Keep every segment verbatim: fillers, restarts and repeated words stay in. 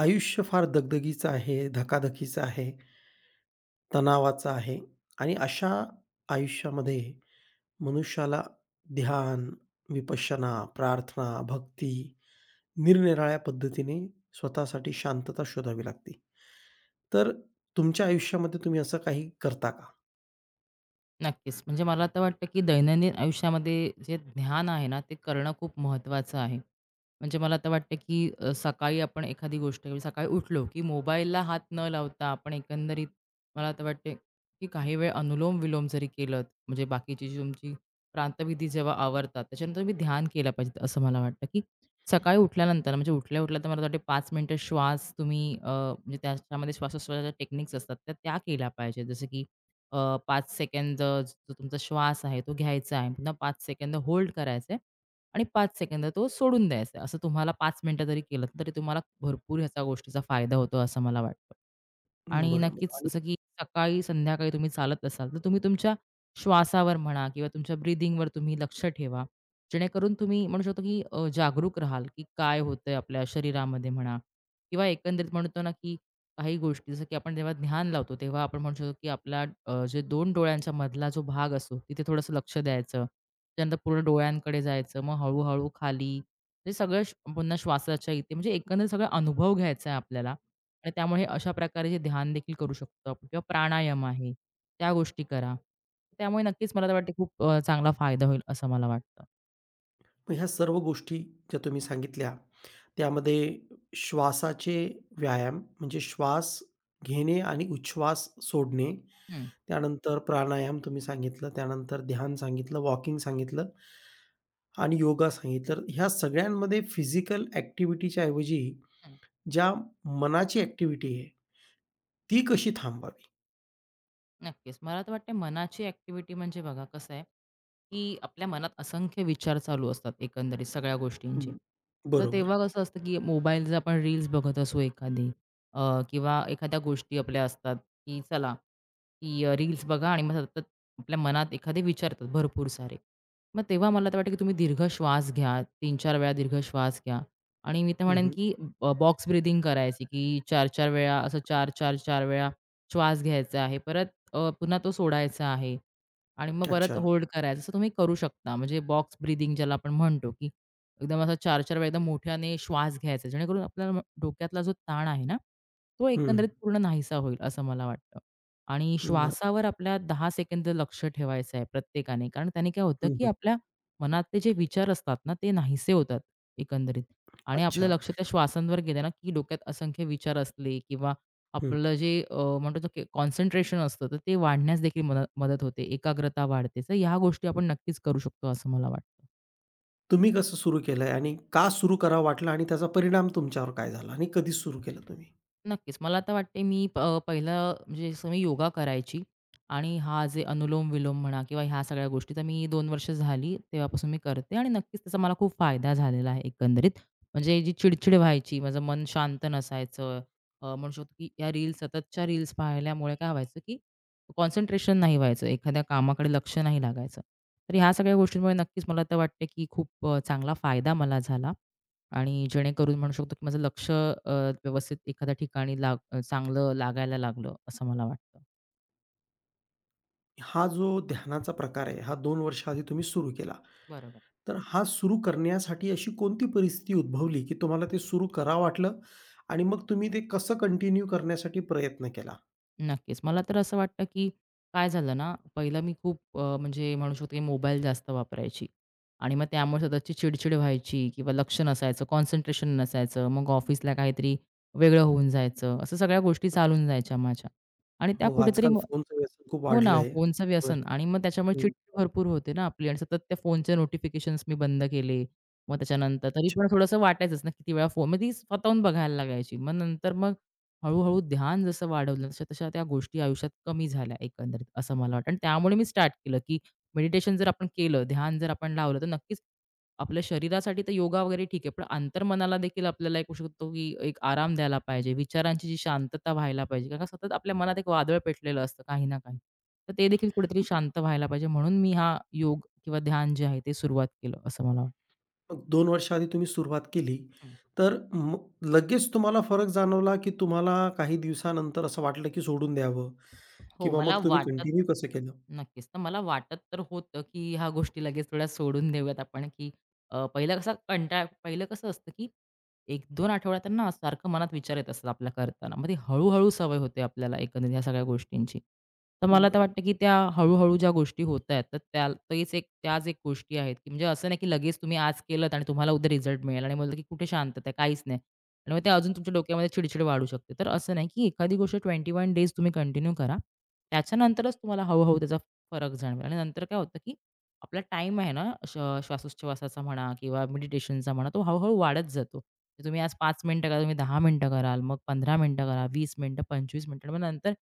आयुष्य फार दगदगीचं आहे, धकाधकीचं आहे, तणावाचं आहे आणि अशा आयुष्यामध्ये मनुष्याला ध्यान, विपश्यना, प्रार्थना, भक्ती, निरनिराळ्या पद्धतीने स्वतःसाठी शांतता शोधावी लागते. तर तुमच्या आयुष्यामध्ये तुम्ही असं काही करता का? नक्कीच. म्हणजे मला तर वाटतं, की दैनंदिन आयुष्यामध्ये जे ध्यान आहे ना, ते करणं खूप महत्त्वाचं आहे. म्हणजे मला तर वाटतं, की अ, सकाळी आपण एखादी गोष्ट म्हणजे सकाळी उठलो, की मोबाईलला हात न लावता आपण एकंदरीत मला तर वाटते, की काही वेळ अनुलोम-विलोम जरी केलत, म्हणजे बाकीची जी तुमची प्रांतविधी जेव्हा आवरतात, त्याच्यानंतर तुम्ही ध्यान केलं पाहिजे, असं मला वाटतं, की सकाळी उठल्यानंतर म्हणजे उठल्या-उठल्या तर मला वाटते पाच मिनिटं श्वास तुम्ही अ, म्हणजे त्याच्यामध्ये श्वासोश्वासाच्या टेक्निक्स असतात, तर त्या केल्या पाहिजेत. जसं की अ, पाच सेकंद जो तुमचा श्वास आहे तो घ्यायचा आहे. पुन्हा पाच सेकंद होल्ड करायचं आहे आणि पाच सेकंद तो सोडून द्यायचा आहे. असं तुम्हाला पाच मिनिटं जरी केलं, तरी तुम्हाला भरपूर ह्याचा गोष्टीचा फायदा होतो असं मला वाटतं. बरं, आणि बरं. नक्कीच जसं की सकाळी, संध्याकाळी तुम्ही चालत असाल, तर तुम्ही तुमच्या श्वासावर म्हणा किंवा तुमच्या ब्रीथिंगवर तुम्ही लक्ष ठेवा. जेणेकरून तुम्ही म्हणू शकतो की अ, जागरूक राहाल, की काय होतंय आपल्या शरीरामध्ये म्हणा किंवा एकंदरीत म्हणतो ना, की काही गोष्टी जसं की आपण जेव्हा ध्यान लावतो, तेव्हा आपण म्हणू शकतो की आपला अ, जे दोन डोळ्यांच्या मधला जो भाग असतो, तिथे थोडंसं लक्ष द्यायचं. त्यानंतर पूर्ण डोळ्यांकडे जायचं, मग हळू खाली. हे सगळं श पुन्हा श्वासाच्या इथे म्हणजे एकंदरीत सगळा अनुभव घ्यायचा आहे आपल्याला. आणि त्यामुळे अशा प्रकारे जे ध्यान देखील करू शकतो आपण किंवा प्राणायाम आहे, त्या गोष्टी करा. त्यामुळे नक्कीच मला तर वाटते खूप अ, चांगला फायदा होईल असं मला वाटतं. मग ह्या सर्व गोष्टी ज्या तुम्ही सांगितल्या, त्यामध्ये श्वासाचे व्यायाम म्हणजे श्वास घेणे आणि उच्छ्वास सोडणे हं, त्यानंतर प्राणायाम तुम्ही सांगितलं, त्यानंतर ध्यान सांगितलं, वॉकिंग सांगितलं आणि योगा सांगितलं. तर ह्या सगळ्यांमध्ये फिजिकल ॲक्टिव्हिटीच्या ऐवजी हं. ज्या मनाची ॲक्टिव्हिटी आहे, ती कशी थांबवावी? नक्कीच. मला तर वाटते मनाची ॲक्टिव्हिटी म्हणजे बघा कसं आहे, की आपल्या मनात असंख्य विचार चालू असतात एकंदरीत सगळ्या हं. गोष्टींचे. तर बरोबर. तेव्हा कसं असतं, की मोबाईल जर आपण रील्स बघत असू एखादी अ, किंवा एखाद्या गोष्टी आपल्या असतात, की चला की अ, रील्स बघा आणि मग सतत आपल्या मनात एखादे विचारतात भरपूर सारे. मग तेव्हा मला तर वाटतं की तुम्ही दीर्घ श्वास घ्या. तीन चार वेळा दीर्घ श्वास घ्या आणि मी तर हं, म्हणेन हं. की बॉक्स ब्रीथिंग करायची की चार चार वेळा असं चार चार-चार वेळा श्वास घ्यायचा आहे. परत अ, पुन्हा तो सोडायचा आहे आणि मग परत अच्छा. होल्ड करायचं. असं तुम्ही करू शकता. म्हणजे बॉक्स ब्रीथिंग ज्याला आपण म्हणतो की एकदम असा चार चार वेळा एकदम मोठ्याने श्वास घ्यायचा. जेणेकरून आपल्याला डोक्यातला जो ताण आहे ना, तो हं. एकंदरीत पूर्ण नाहीसा होईल असं मला वाटतं. आणि बरं. श्वासावर आपल्या दहा सेकंद लक्ष ठेवायचं आहे प्रत्येकाने. कारण त्याने काय होतं, हं, की हं. आपल्या मनातले जे विचार असतात ना, ते नाहीसे होतात एकंदरीत. आणि आपलं अच्छा. लक्ष त्या श्वासांवर गेलं ना, की डोक्यात असंख्य विचार असले किंवा हं. आपलं जे अ, म्हणतो कॉन्सन्ट्रेशन असतं, तर ते वाढण्यास देखील मदत मदत होते. एकाग्रता वाढते. तर ह्या गोष्टी आपण नक्कीच करू शकतो, असं मला वाटतं. तुम्ही कसं सुरू केलंय आणि का सुरू करावं वाटलं आणि त्याचा परिणाम तुमच्यावर काय झाला आणि कधी सुरू केलं तुम्ही? नक्कीच. मला आता वाटते मी प अ, पहिलं म्हणजे जसं मी योगा करायची आणि हा जे अनुलोम-विलोम म्हणा किंवा ह्या सगळ्या गोष्टी तर मी दोन वर्ष झाली तेव्हापासून मी करते आणि नक्कीच त्याचा मला खूप फायदा झालेला आहे एकंदरीत. म्हणजे जी चिडचिड व्हायची, माझं मन शांत नसायचं, अ, म्हणू शकतो की या रील्स सततच्या रील्स पाहिल्यामुळे काय व्हायचं की कॉन्सन्ट्रेशन नाही व्हायचं, एखाद्या कामाकडे लक्ष नाही लागायचं. तर ह्या सगळ्या गोष्टींमुळे नक्कीच मला तर वाटते की खूप अ, चांगला फायदा मला झाला. आणि जेणेकरून म्हणू शकतो की माझं लक्ष अ, व्यवस्थित एखाद्या ठिकाणी लाग अ, चांगलं लागायला लागलं असं मला वाटतं. हा जो ध्यानाचा प्रकार आहे, हा दोन वर्षाआधी तुम्ही सुरू केला. बरोबर. तर हा सुरू करण्यासाठी अशी कोणती परिस्थिती उद्भवली, की तुम्हाला ते सुरू करावं वाटलं आणि मग तुम्ही ते कसं कंटिन्यू करण्यासाठी प्रयत्न केला? नक्कीच. मला तर असं वाटतं की काय झालं ना, पहिलं मी खूप अ, म्हणजे म्हणू शकतो की मोबाईल जास्त वापरायची आणि मग त्यामुळे सततची चिडचिड व्हायची किंवा लक्ष नसायचं, कॉन्सन्ट्रेशन नसायचं. मग ऑफिसला काहीतरी वेगळं होऊन जायचं. असं सगळ्या गोष्टी चालून जायच्या माझ्या आणि त्या हो, कुठेतरी. आजकाल फोनचं व्यसन खूप हो ना, वाढलंय. फोनचं व्यसन बरं. आणि मग त्याच्यामुळे हं. चिडचिड भरपूर होते ना आपली आणि सतत त्या फोनचे नोटिफिकेशन्स मी बंद केले. मग त्याच्यानंतर तरी पण अच्छा. थोडंसं वाटायचंच ना किती वेळा फोन मग ती स्वतःहून बघायला लागायची. मग नंतर मग हळू-हळू ध्यान जसं वाढवलं तशा-तशा त्या गोष्टी आयुष्यात कमी झाल्या एकंदरीत असं मला वाटतं आणि त्यामुळे मी स्टार्ट केलं, की मेडिटेशन जर आपण केलं, ध्यान जर आपण लावलं, तर नक्कीच आपल्या शरीरासाठी तर योगा वगैरे ठीक आहे, पण अंतर्मनाला देखील आपल्याला एक होऊ शकतो, की एक आराम द्यायला पाहिजे. विचारांची जी शांतता व्हायला पाहिजे. कारण का सतत आपल्या मनात एक वादळ पेटलेलं असतं काही ना काही. तर ते देखील कुठेतरी शांत व्हायला पाहिजे. म्हणून मी हा योग किंवा ध्यान जे आहे ते सुरुवात केलं, असं मला वाटतं. मग दोन वर्षाआधी तुम्ही सुरुवात केली, तर म लगेच तुम्हाला फरक जाणवला, की तुम्हाला काही दिवसानंतर असं वाटलं, की सोडून द्यावं हो, किंवा मला मग तुम्ही वाटत कंटिन्यू कसं केलं? नक्कीच. तर मला वाटत तर होतं, की ह्या गोष्टी लगेच थोड्या सोडून देऊयात आपण, की अ, पहिलं कसं कंटाळ पहिलं कसं असतं, की एक दोन आठवड्यात ना सारखं मनात विचार येत असतात आपल्या करताना. मग ती हळू-हळू सवय होते आपल्याला एकंदरीत ह्या सगळ्या गोष्टींची. तर मला तर बरं. वाटतं, की त्या हळू ज्या गोष्टी होत आहेत, तर त्या तेच एक त्याच एक गोष्टी आहेत, की म्हणजे असं नाही, की लगेच तुम्ही आज केलत आणि तुम्हाला उद्या रिझल्ट मिळेल आणि बोललं, की कुठे शांतता आहे, काहीच नाही. आणि मग ते अजून तुमच्या डोक्यामध्ये चिडचिड वाढू शकते. तर असं नाही, की एखादी गोष्ट एकवीस डेज तुम्ही कंटिन्यू करा. त्याच्यानंतरच तुम्हाला हळू-हळू त्याचा फरक जाणवेल आणि नंतर काय होतं, की आपला टाईम आहे ना, श श्वासोच्छवासाचा म्हणा किंवा मेडिटेशनचा म्हणा, तो हळू वाढत जातो. तर तुम्ही आज पाच मिनिटं करा, तुम्ही दहा मिनिटं कराल, मग पंधरा मिनिटं करा, वीस मिनिटं, पंचवीस मिनिटं. मग नंतर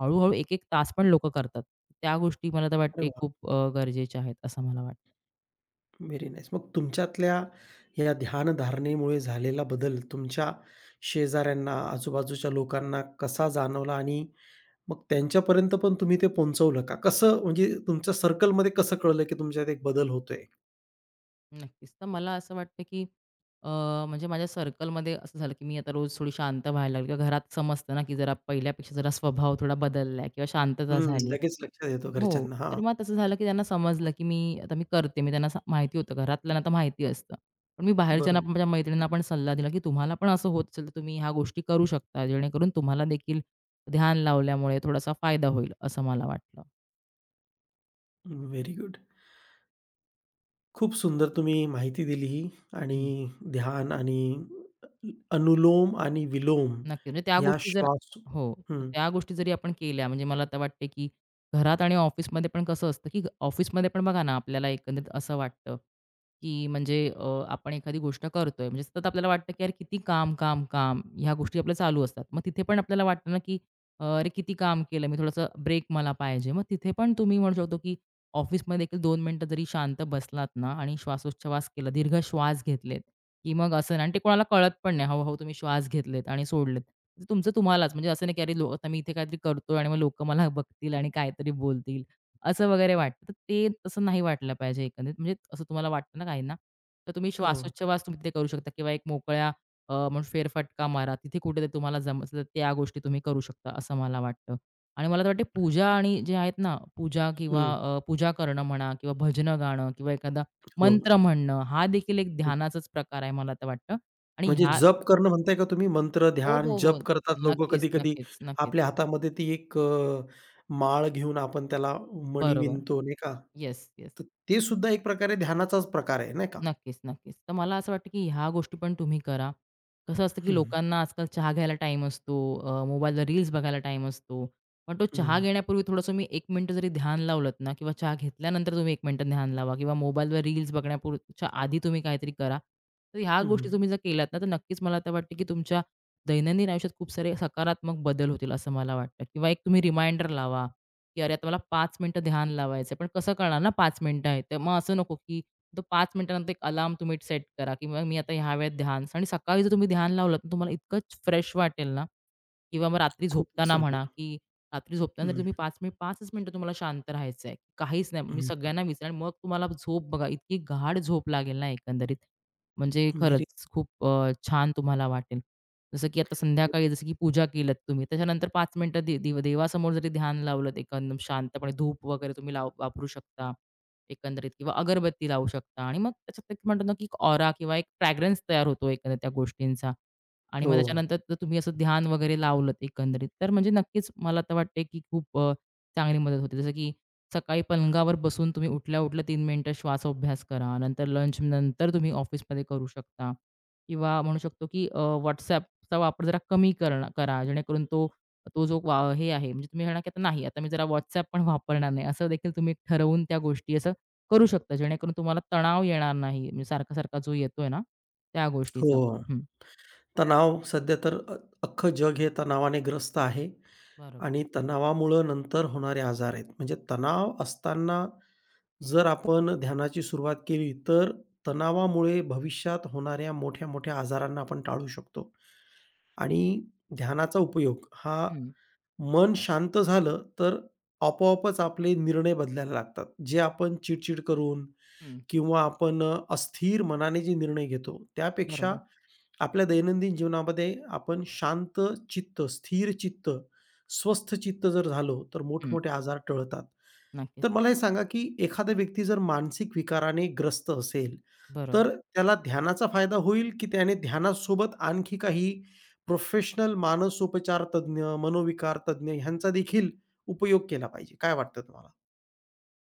हळू-हळू एक तास पण लोकं करतात. त्या गोष्टी मला तर अरे वाटते वाह! खूप अ, गरजेच्या आहेत, असं मला वाटतं. Very nice. मग तुमच्यातल्या या ध्यानधारणेमुळे झालेला बदल तुमच्या शेजाऱ्यांना, आजूबाजूच्या लोकांना कसा जाणवला आणि मग त्यांच्यापर्यंत पण तुम्ही ते पोहोचवलं का? कसं म्हणजे तुमच्या सर्कलमध्ये कसं कळलं, की तुमच्यात एक बदल होतोय? नक्कीच. तर मला असं वाटतं, की अ, म्हणजे माझ्या सर्कलमध्ये असं झालं, की मी आता रोज थोडी शांत व्हायला लागली किंवा घरात समजतं ना, की जरा पहिल्यापेक्षा जरा स्वभाव थोडा बदलला किंवा शांतता हं, झाली. लगेच लक्षात येतो हो. घरच्यांना. तर हां, मग तसं झालं, की त्यांना समजलं, की मी आता मी करते. मी त्यांना सा माहिती होतं, घरातल्यांना तर माहिती असतं. पण मी बाहेरच्यांना, बरोबर. पण, माझ्या मैत्रिणींना पण सल्ला दिला, की तुम्हाला पण असं होत असेल, तर तुम्ही ह्या गोष्टी करू शकता. जेणेकरून तुम्हाला देखील ध्यान लावल्यामुळे थोडासा फायदा होईल, असं मला वाटलं. Very good. खूप सुंदर तुम्ही माहिती दिली ही आणि ध्यान आणि अनुलोम आणि विलोम नक्की. म्हणजे त्या या गोष्टी जर. श्वास हो, तर हं. त्या गोष्टी जरी आपण केल्या म्हणजे मला तर वाटते, की घरात आणि ऑफिसमध्ये पण कसं असतं, की ऑफिसमध्ये पण बघा ना, आपल्याला एकंदरीत असं वाटतं, की म्हणजे अ, आपण एखादी गोष्ट करतोय म्हणजे सतत आपल्याला वाटतं, की "यार किती काम, काम, काम." ह्या गोष्टी आपल्या चालू असतात. मग तिथे पण आपल्याला वाटतं ना, की अ, "अरे किती काम केलं मी, थोडासा ब्रेक मला पाहिजे." मग तिथे पण तुम्ही म्हणू शकतो, की ऑफिसमध्ये देखील दोन मिनिटं जरी शांत बसलात ना आणि श्वासोच्छवास केला, दीर्घ श्वास घेतलेत, की मग असं नाही. आणि ते कोणाला कळत पण नाही. हळू तुम्ही श्वास घेतलेत आणि सोडलेत. ते तुमचं तुम्हालाच म्हणजे असं नाही की अरे लो आता मी इथे काहीतरी करतोय आणि मग लोकं मला बघतील आणि काहीतरी बोलतील, असं वगैरे वाटतं. तर ते तसं नाही वाटलं पाहिजे एकंदरीत. म्हणजे असं तुम्हाला वाटतं ना काहींना, तर तुम्ही हो. श्वासोच्छवास तुम्ही तिथे करू शकता किंवा एक मोकळ्या अ, म्हणून फेरफटका मारा. तिथे कुठेतरी तुम्हाला जमतं त्या गोष्टी तुम्ही करू शकता असं मला वाटतं. आणि मला तर वाटते पूजा आणि जे आहेत ना पूजा किंवा हं. अ, पूजा करणं म्हणा किंवा भजनं गाणं किंवा एखादा हो. मंत्र म्हणणं, हा देखील एक ध्यानाचाच प्रकार आहे मला तर वाटतं. आणि म्हणजे ह्या. जप करणं म्हणताय का तुम्ही? मंत्र, हो, ध्यान, हो, हो. जप करतात लोकं नक्कीच, कधी-कधी. नक्कीच, नक्कीच. आपल्या हातामध्ये ती एक अ, माळ घेऊन आपण त्याला मणी बरोबर. विणतो, नाही का? Yes, yes. तर ते सुद्धा एक प्रकारे ध्यानाचाच प्रकार आहे, नाही का? नक्कीच, नक्कीच. तर मला असं वाटतं की ह्या गोष्टी पण तुम्ही करा. कसं असतं की हं, लोकांना आजकाल चहा घ्यायला टाईम असतो, अ, मोबाईलला रील्स बघायला टाईम असतो. पण तो हं, चहा घेण्यापूर्वी थोडंसं तुम्ही एक मिनिटं जरी ध्यान लावलत ना किंवा चहा घेतल्यानंतर तुम्ही एक मिनिटं ध्यान लावा किंवा मोबाईलवर रील्स बघण्यापूर्वीच्या आधी तुम्ही काहीतरी करा. तर ह्या हं. गोष्टी तुम्ही जर केल्यात ना, तर नक्कीच मला तर वाटतं की तुमच्या दैनंदिन आयुष्यात खूप सारे सकारात्मक बदल होतील असं मला वाटतं किंवा एक तुम्ही रिमाइंडर लावा, की अरे, आता मला पाच मिनिटं ध्यान लावायचं पण कसं कळणार ना पाच मिनिटं आहेत. तर मग असं नको की तो पाच मिनिटानंतर एक अलार्म तुम्ही सेट करा किंवा मी आता ह्या वेळेत ध्यान आणि सकाळी जर तुम्ही ध्यान लावलं, तर तुम्हाला इतकं फ्रेश वाटेल ना. किंवा मग रात्री खूपच झोपताना सुंदर. म्हणा, की रात्री झोपताना जरी हं, तुम्ही पाच मिनिट 5च मिनिटं तुम्हाला शांत राहायचं आहे. काहीच नाही. मी हं. सगळ्यांना विचारेन मग तुम्हाला झोप बघा इतकी गाढ झोप लागेल ना एकंदरीत. म्हणजे मेरी खरंच खूप अ, छान तुम्हाला वाटेल. जसं की आता संध्याकाळी जसं की पूजा केलत तुम्ही, त्याच्यानंतर पाच मिनिटं दे देव देवासमोर जरी ध्यान लावलत एकदम शांतपणे धूप वगैरे तुम्ही लाव वापरू शकता एकंदरीत किंवा अगरबत्ती लावू शकता आणि मग त्याच्यात एक म्हणतो ना, की ऑरा किंवा एक फ्रॅग्रन्स तयार होतो एकंदरीत त्या गोष्टींचा. आणि मग हो, त्याच्यानंतर तर तुम्ही असं ध्यान वगैरे लावलत एकंदरीत, तर म्हणजे नक्कीच मला तर वाटते, की खूप अ, चांगली मदत होते. जसं की सकाळी पलंगावर बसून तुम्ही उठल्या-उठल्या तीन श्वास श्वासोभ्यास करा. नंतर लंच नंतर तुम्ही ऑफिसमध्ये करू शकता किंवा म्हणू शकतो, की अ, वापर जरा कमी करणं करा. जेणेकरून तो तो जो वा हे आहे म्हणजे तुम्ही म्हणा, की आता नाही आता मी जरा WhatsApp पण वापरणार नाही. असं देखील तुम्ही ठरवून त्या गोष्टी असं करू शकता. जेणेकरून तुम्हाला तणाव येणार नाही. म्हणजे सारखा-सारखा जो येतोय ना, त्या हो. गोष्टीचा. हं, तणाव सध्या तर अ, अख्खं जग हे तणावाने ग्रस्त आहे बरोबर. आणि तणावामुळं नंतर होणारे आजार आहेत. म्हणजे तणाव असताना जर आपण ध्यानाची सुरुवात केली, तर तणावामुळे भविष्यात होणाऱ्या मोठ्या-मोठ्या आजारांना आपण टाळू शकतो आणि ध्यानाचा उपयोग हा हं, मन शांत झालं, तर आपोआपच आपले निर्णय बदलायला लागतात. जे आपण चिडचिड करून हं. किंवा आपण अ, अस्थिर मनाने जे निर्णय घेतो, त्यापेक्षा बरोबर. आपल्या दैनंदिन जीवनामध्ये आपण शांत चित्त, स्थिर चित्त, स्वस्थ चित्त जर झालो, तर हं. मोठमोठे आजार टळतात. नक्कीच. तर मला हे सांगा, की एखादा व्यक्ती जर मानसिक विकाराने ग्रस्त असेल, तर बरोबर. त्याला ध्यानाचा फायदा होईल, की त्याने ध्यानासोबत आणखी काही प्रोफेशनल मानसोपचार तज्ञ, मनोविकार तज्ञ ह्यांचा देखील उपयोग केला पाहिजे? काय वाटतं तुम्हाला?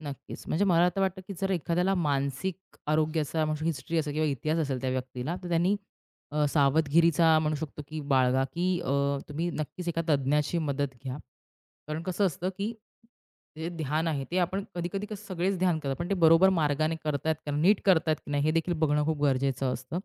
नक्कीच. म्हणजे मला तर वाटतं, की जर एखाद्याला मानसिक आरोग्याचा म्हणू हिस्ट्री असेल किंवा इतिहास असेल त्या व्यक्तीला, तर त्यांनी अ, सावधगिरीचा म्हणू शकतो, की बाळगा, की अ, तुम्ही नक्कीच एका तज्ञाची मदत घ्या. कारण कसं असतं, की जे ध्यान आहे ते आपण कधी-कधी कसं सगळेच ध्यान करतात, पण ते बरोबर मार्गाने करतायत का, नीट करतायत की नाही हे देखील बघणं खूप गरजेचं असतं.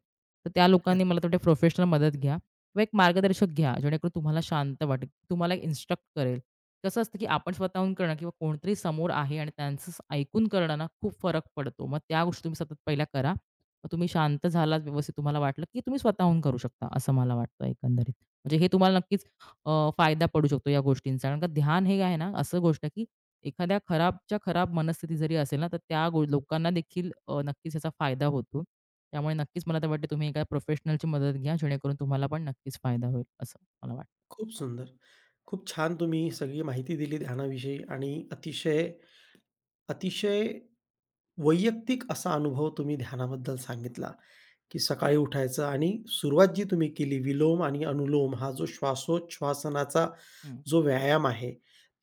तर त्या लोकांनी मला अच्छा. तर प्रोफेशनल मदत घ्या किंवा एक मार्गदर्शक घ्या, जेणेकरून तुम्हाला शांत वाटेल. तुम्हाला एक इन्स्ट्रक्ट करेल. कसं असतं, की आपण स्वतःहून करणं किंवा कोणतरी समोर आहे आणि त्यांचं स- ऐकून करणं ना खूप फरक पडतो. मग त्या गोष्टी तुम्ही सतत पहिल्या करा. मग तुम्ही शांत झालात व्यवस्थित तुम्हाला वाटलं, की तुम्ही स्वतःहून करू शकता असं मला वाटतं एकंदरीत. म्हणजे हे तुम्हाला नक्कीच अ, फायदा पडू शकतो या गोष्टींचा. कारण का ध्यान हे आहे ना, असं गोष्ट आहे, की एखाद्या खराबच्या खराब मनस्थिती जरी असेल ना, तर त्या गो लोकांना देखील अ, नक्कीच याचा फायदा होतो. त्यामुळे नक्कीच मला तर वाटते तुम्ही एका प्रोफेशनलची मदत घ्या, जेणेकरून तुम्हाला पण नक्कीच फायदा होईल, असं मला वाटतं. खूप सुंदर. खूप छान तुम्ही सगळी माहिती दिली ध्यानाविषयी आणि अतिशय, अतिशय वैयक्तिक असा अनुभव तुम्ही ध्यानाबद्दल सांगितला, की सकाळी उठायचं आणि सुरुवात जी तुम्ही केली विलोम आणि अनुलोम हा जो श्वासोच्छवासनाचा हं, जो व्यायाम आहे,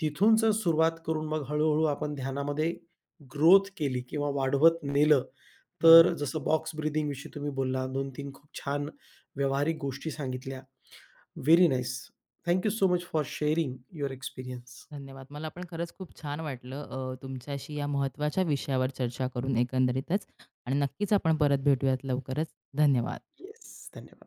तिथून जर सुरुवात करून मग हळू-हळू आपण ध्यानामध्ये ग्रोथ केली किंवा वाढवत नेलं, तर बरोबर. जसं बॉक्स ब्रीथिंगविषयी तुम्ही बोलला, दोन तीन खूप छान व्यावहारिक गोष्टी सांगितल्या. Very nice. Thank so much for sharing your experience. धन्यवाद. मला पण खरंच खूप छान वाटलं अ, तुमच्याशी या महत्त्वाच्या विषयावर चर्चा करून एकंदरीतच आणि नक्कीच आपण परत भेटूयात लवकरच. धन्यवाद. येस, धन्यवाद.